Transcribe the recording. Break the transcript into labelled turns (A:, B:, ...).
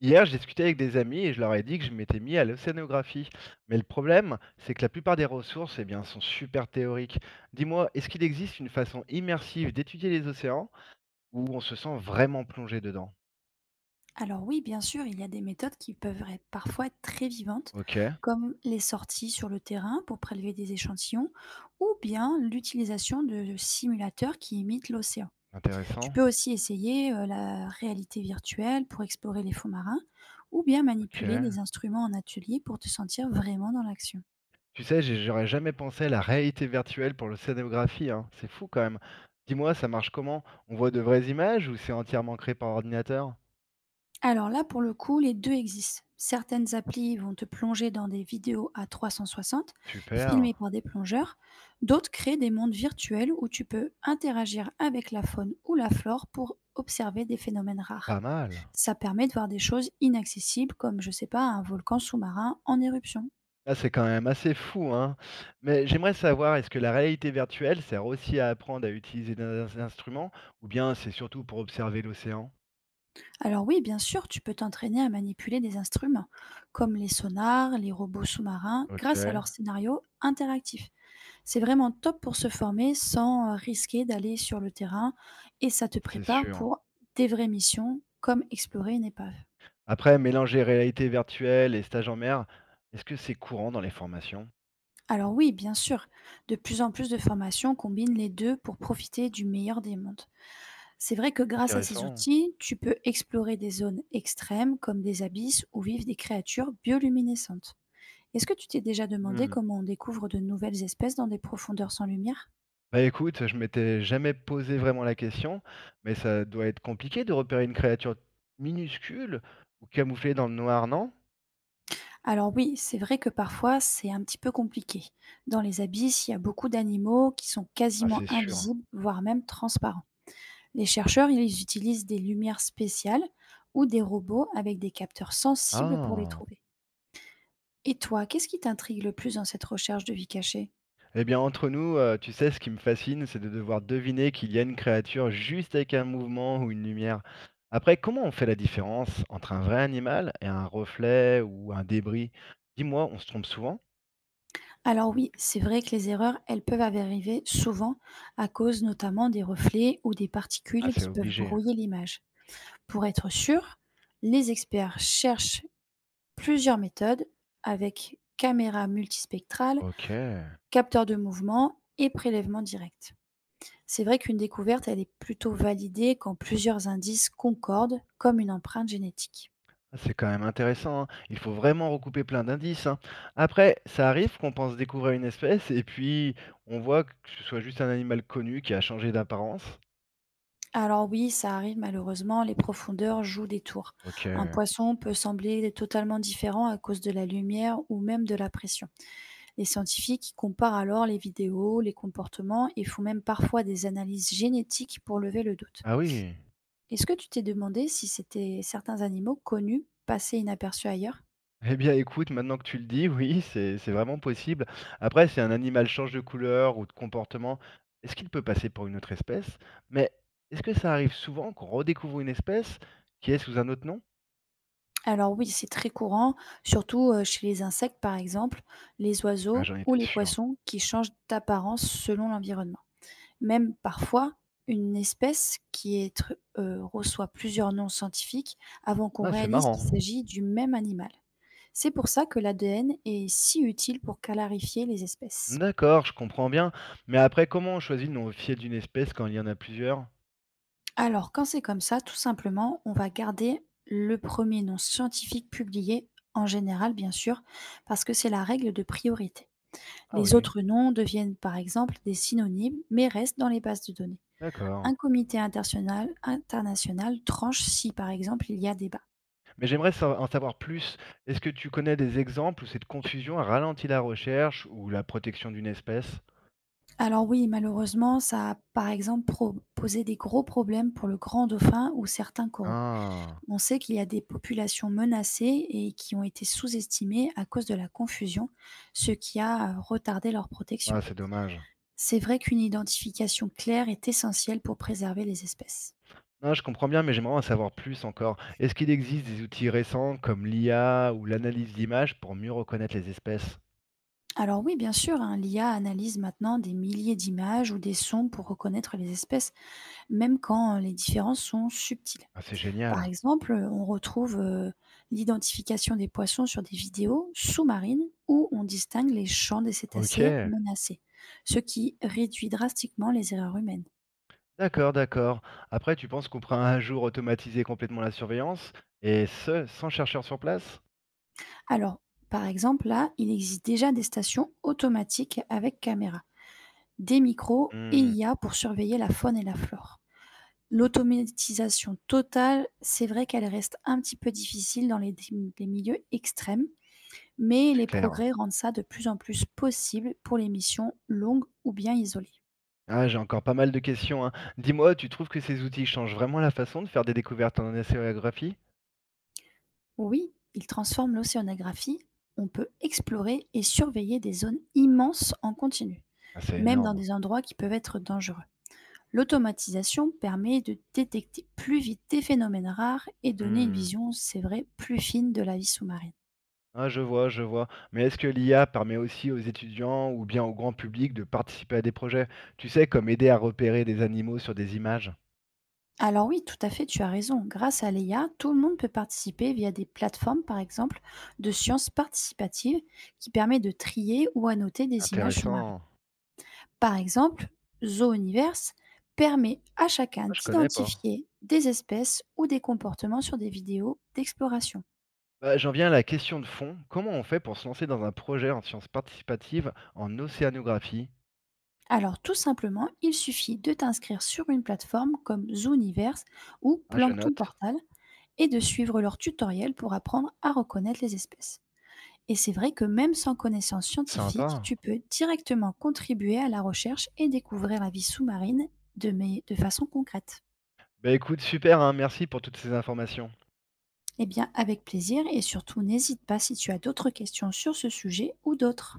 A: Hier, j'ai discuté avec des amis et je leur ai dit que je m'étais mis à l'océanographie. Mais le problème, c'est que la plupart des ressources, eh bien, sont super théoriques. Dis-moi, est-ce qu'il existe une façon immersive d'étudier les océans où on se sent vraiment plongé dedans?
B: Alors oui, bien sûr, il y a des méthodes qui peuvent parfois être très vivantes,
A: Ok,
B: comme les sorties sur le terrain pour prélever des échantillons, ou bien l'utilisation de simulateurs qui imitent l'océan. Tu
A: intéressant.
B: peux aussi essayer la réalité virtuelle pour explorer les fonds marins, ou bien
A: Ok.
B: manipuler des instruments en atelier pour te sentir vraiment dans l'action.
A: Tu sais, j'aurais jamais pensé à la réalité virtuelle pour l'océanographie, hein. C'est fou quand même. Dis-moi, ça marche comment? On voit de vraies images ou c'est entièrement créé par ordinateur?
B: Alors là, pour le coup, les 2 existent. Certaines applis vont te plonger dans des vidéos à 360,
A: Super,
B: filmées par des plongeurs. D'autres créent des mondes virtuels où tu peux interagir avec la faune ou la flore pour observer des phénomènes rares.
A: pas mal.
B: Ça permet de voir des choses inaccessibles comme, je sais pas, un volcan sous-marin en éruption.
A: Ah, c'est quand même assez fou, hein. Mais j'aimerais savoir, est-ce que la réalité virtuelle sert aussi à apprendre à utiliser des instruments ou bien c'est surtout pour observer l'océan?
B: Alors oui, bien sûr, tu peux t'entraîner à manipuler des instruments, comme les sonars, les robots sous-marins, grâce à
A: OK,
B: leurs scénarios interactifs. C'est vraiment top pour se former sans, risquer d'aller sur le terrain, et ça te
A: c'est
B: prépare
A: sûr.
B: pour des vraies missions comme explorer une épave.
A: Après, mélanger réalité virtuelle et stage en mer, est-ce que c'est courant dans les formations?
B: Alors oui, bien sûr, de plus en plus de formations combinent les 2 pour profiter du meilleur des mondes. C'est vrai que grâce à ces
A: Intéressant.
B: outils, tu peux explorer des zones extrêmes comme des abysses où vivent des créatures bioluminescentes. Est-ce que tu t'es déjà demandé
A: Hmm.
B: comment on découvre de nouvelles espèces dans des profondeurs sans lumière?
A: Bah écoute, je m'étais jamais posé vraiment la question, mais ça doit être compliqué de repérer une créature minuscule ou camouflée dans le noir, non?
B: Alors oui, c'est vrai que parfois c'est un petit peu compliqué. Dans les abysses, il y a beaucoup d'animaux qui sont
A: Ah,
B: quasiment
A: c'est sûr.
B: invisibles, voire même transparents. Les chercheurs, ils utilisent des lumières spéciales ou des robots avec des capteurs sensibles pour les
A: Ah.
B: trouver. Et toi, qu'est-ce qui t'intrigue le plus dans cette recherche de vie cachée?
A: Eh bien, entre nous, tu sais, ce qui me fascine, c'est de devoir deviner qu'il y a une créature juste avec un mouvement ou une lumière. Après, comment on fait la différence entre un vrai animal et un reflet ou un débris? Dis-moi, on se trompe souvent?
B: Alors oui, c'est vrai que les erreurs, elles peuvent arriver souvent à cause notamment des reflets ou des
A: Ah,
B: particules
A: c'est
B: qui peuvent
A: obligé.
B: brouiller l'image. Pour être sûr, les experts cherchent plusieurs méthodes avec caméra multispectrale,
A: OK.
B: capteur de mouvement et prélèvement direct. C'est vrai qu'une découverte, elle est plutôt validée quand plusieurs indices concordent, comme une empreinte génétique.
A: Ah, c'est quand même intéressant, hein. Il faut vraiment recouper plein d'indices, hein. Après, ça arrive qu'on pense découvrir une espèce et puis on voit que ce soit juste un animal connu qui a changé d'apparence?
B: Alors oui, ça arrive malheureusement, les profondeurs jouent des tours. Un
A: OK.
B: poisson peut sembler totalement différent à cause de la lumière ou même de la pression. Les scientifiques comparent alors les vidéos, les comportements et font même parfois des analyses génétiques pour lever le doute.
A: Ah oui!
B: Est-ce que tu t'es demandé si c'était certains animaux connus passaient inaperçus ailleurs?
A: Eh bien, écoute, maintenant que tu le dis, oui, c'est vraiment possible. Après, si un animal change de couleur ou de comportement, est-ce qu'il peut passer pour une autre espèce? Mais est-ce que ça arrive souvent qu'on redécouvre une espèce qui est sous un autre nom?
B: Alors oui, c'est très courant, surtout chez les insectes par exemple, les
A: Ah,
B: oiseaux
A: j'en
B: ou
A: étais
B: les
A: sûr.
B: poissons qui changent d'apparence selon l'environnement. Même parfois, une espèce qui est reçoit plusieurs noms scientifiques avant qu'on
A: Ah, c'est
B: réalise
A: marrant.
B: qu'il s'agit du même animal. C'est pour ça que l'ADN est si utile pour clarifier les espèces.
A: D'accord, je comprends bien. Mais après, comment on choisit le nom officiel d'une espèce quand il y en a plusieurs?
B: Alors, quand c'est comme ça, tout simplement, on va garder le premier nom scientifique publié, en général bien sûr, parce que c'est la règle de priorité.
A: Ah
B: Les
A: oui,
B: autres noms deviennent par exemple des synonymes, mais restent dans les bases de données.
A: d'accord.
B: Un comité international, international tranche si par exemple il y a débat.
A: Mais en savoir plus. Est-ce que tu connais des exemples où cette confusion a ralenti la recherche ou la protection d'une espèce?
B: Alors oui, malheureusement, ça a par exemple posé des gros problèmes pour le grand dauphin ou certains coraux.
A: Ah,
B: On sait qu'il y a des populations menacées et qui ont été sous-estimées à cause de la confusion, ce qui a retardé leur protection.
A: ah, c'est dommage.
B: C'est vrai qu'une identification claire est essentielle pour préserver les espèces.
A: Non, je comprends bien, mais j'aimerais en savoir plus encore. Est-ce qu'il existe des outils récents comme l'IA ou l'analyse d'images pour mieux reconnaître les espèces?
B: Alors oui, bien sûr, hein, l'IA analyse maintenant des milliers d'images ou des sons pour reconnaître les espèces, même quand les différences sont subtiles.
A: Ah, c'est
B: Par
A: génial.
B: exemple, on retrouve, l'identification des poissons sur des vidéos sous-marines où on distingue les champs des
A: Ok,
B: cétacés menacés, ce qui réduit drastiquement les erreurs humaines.
A: d'accord, d'accord. Après, tu penses qu'on pourra un jour automatiser complètement la surveillance, et ce, sans chercheurs sur place?
B: Alors, par exemple, là, il existe déjà des stations automatiques avec caméra, des micros et
A: Hmm,
B: IA pour surveiller la faune et la flore. L'automatisation totale, c'est vrai qu'elle reste un petit peu difficile dans les milieux extrêmes, mais
A: c'est
B: les
A: clair.
B: progrès rendent ça de plus en plus possible pour les missions longues ou bien isolées.
A: Ah, j'ai encore pas mal de questions, hein. Dis-moi, tu trouves que ces outils changent vraiment la façon de faire des découvertes en océanographie?
B: Oui, ils transforment l'océanographie, on peut explorer et surveiller des zones immenses en continu,
A: Ah, c'est
B: même dans
A: énorme.
B: des endroits qui peuvent être dangereux. L'automatisation permet de détecter plus vite des phénomènes rares et donner une
A: Hmm.
B: vision, c'est vrai, plus fine de la vie sous-marine.
A: Ah, je vois, je vois. Mais est-ce que l'IA permet aussi aux étudiants ou bien au grand public de participer à des projets? Tu sais, comme aider à repérer des animaux sur des images?
B: Alors oui, tout à fait, tu as raison. Grâce à l'IA, tout le monde peut participer via des plateformes, par exemple, de sciences participatives qui permet de trier ou annoter des images marines.
A: Intéressant.
B: Par exemple, Zooniverse permet à chacun
A: Ah, je connais pas.
B: d'identifier des espèces ou des comportements sur des vidéos d'exploration.
A: Bah, j'en viens à la question de fond. Comment on fait pour se lancer dans un projet en sciences participatives en océanographie?
B: Alors tout simplement, il suffit de t'inscrire sur une plateforme comme Zooniverse ou
A: Ah, je
B: Plankton
A: note.
B: Portal et de suivre leur tutoriel pour apprendre à reconnaître les espèces. Et c'est vrai que même sans connaissance scientifique,
A: Sympa.
B: tu peux directement contribuer à la recherche et découvrir la vie sous-marine de, mais de façon concrète.
A: Bah écoute, super, hein, merci pour toutes ces informations.
B: Eh bien, avec plaisir et surtout n'hésite pas si tu as d'autres questions sur ce sujet ou d'autres.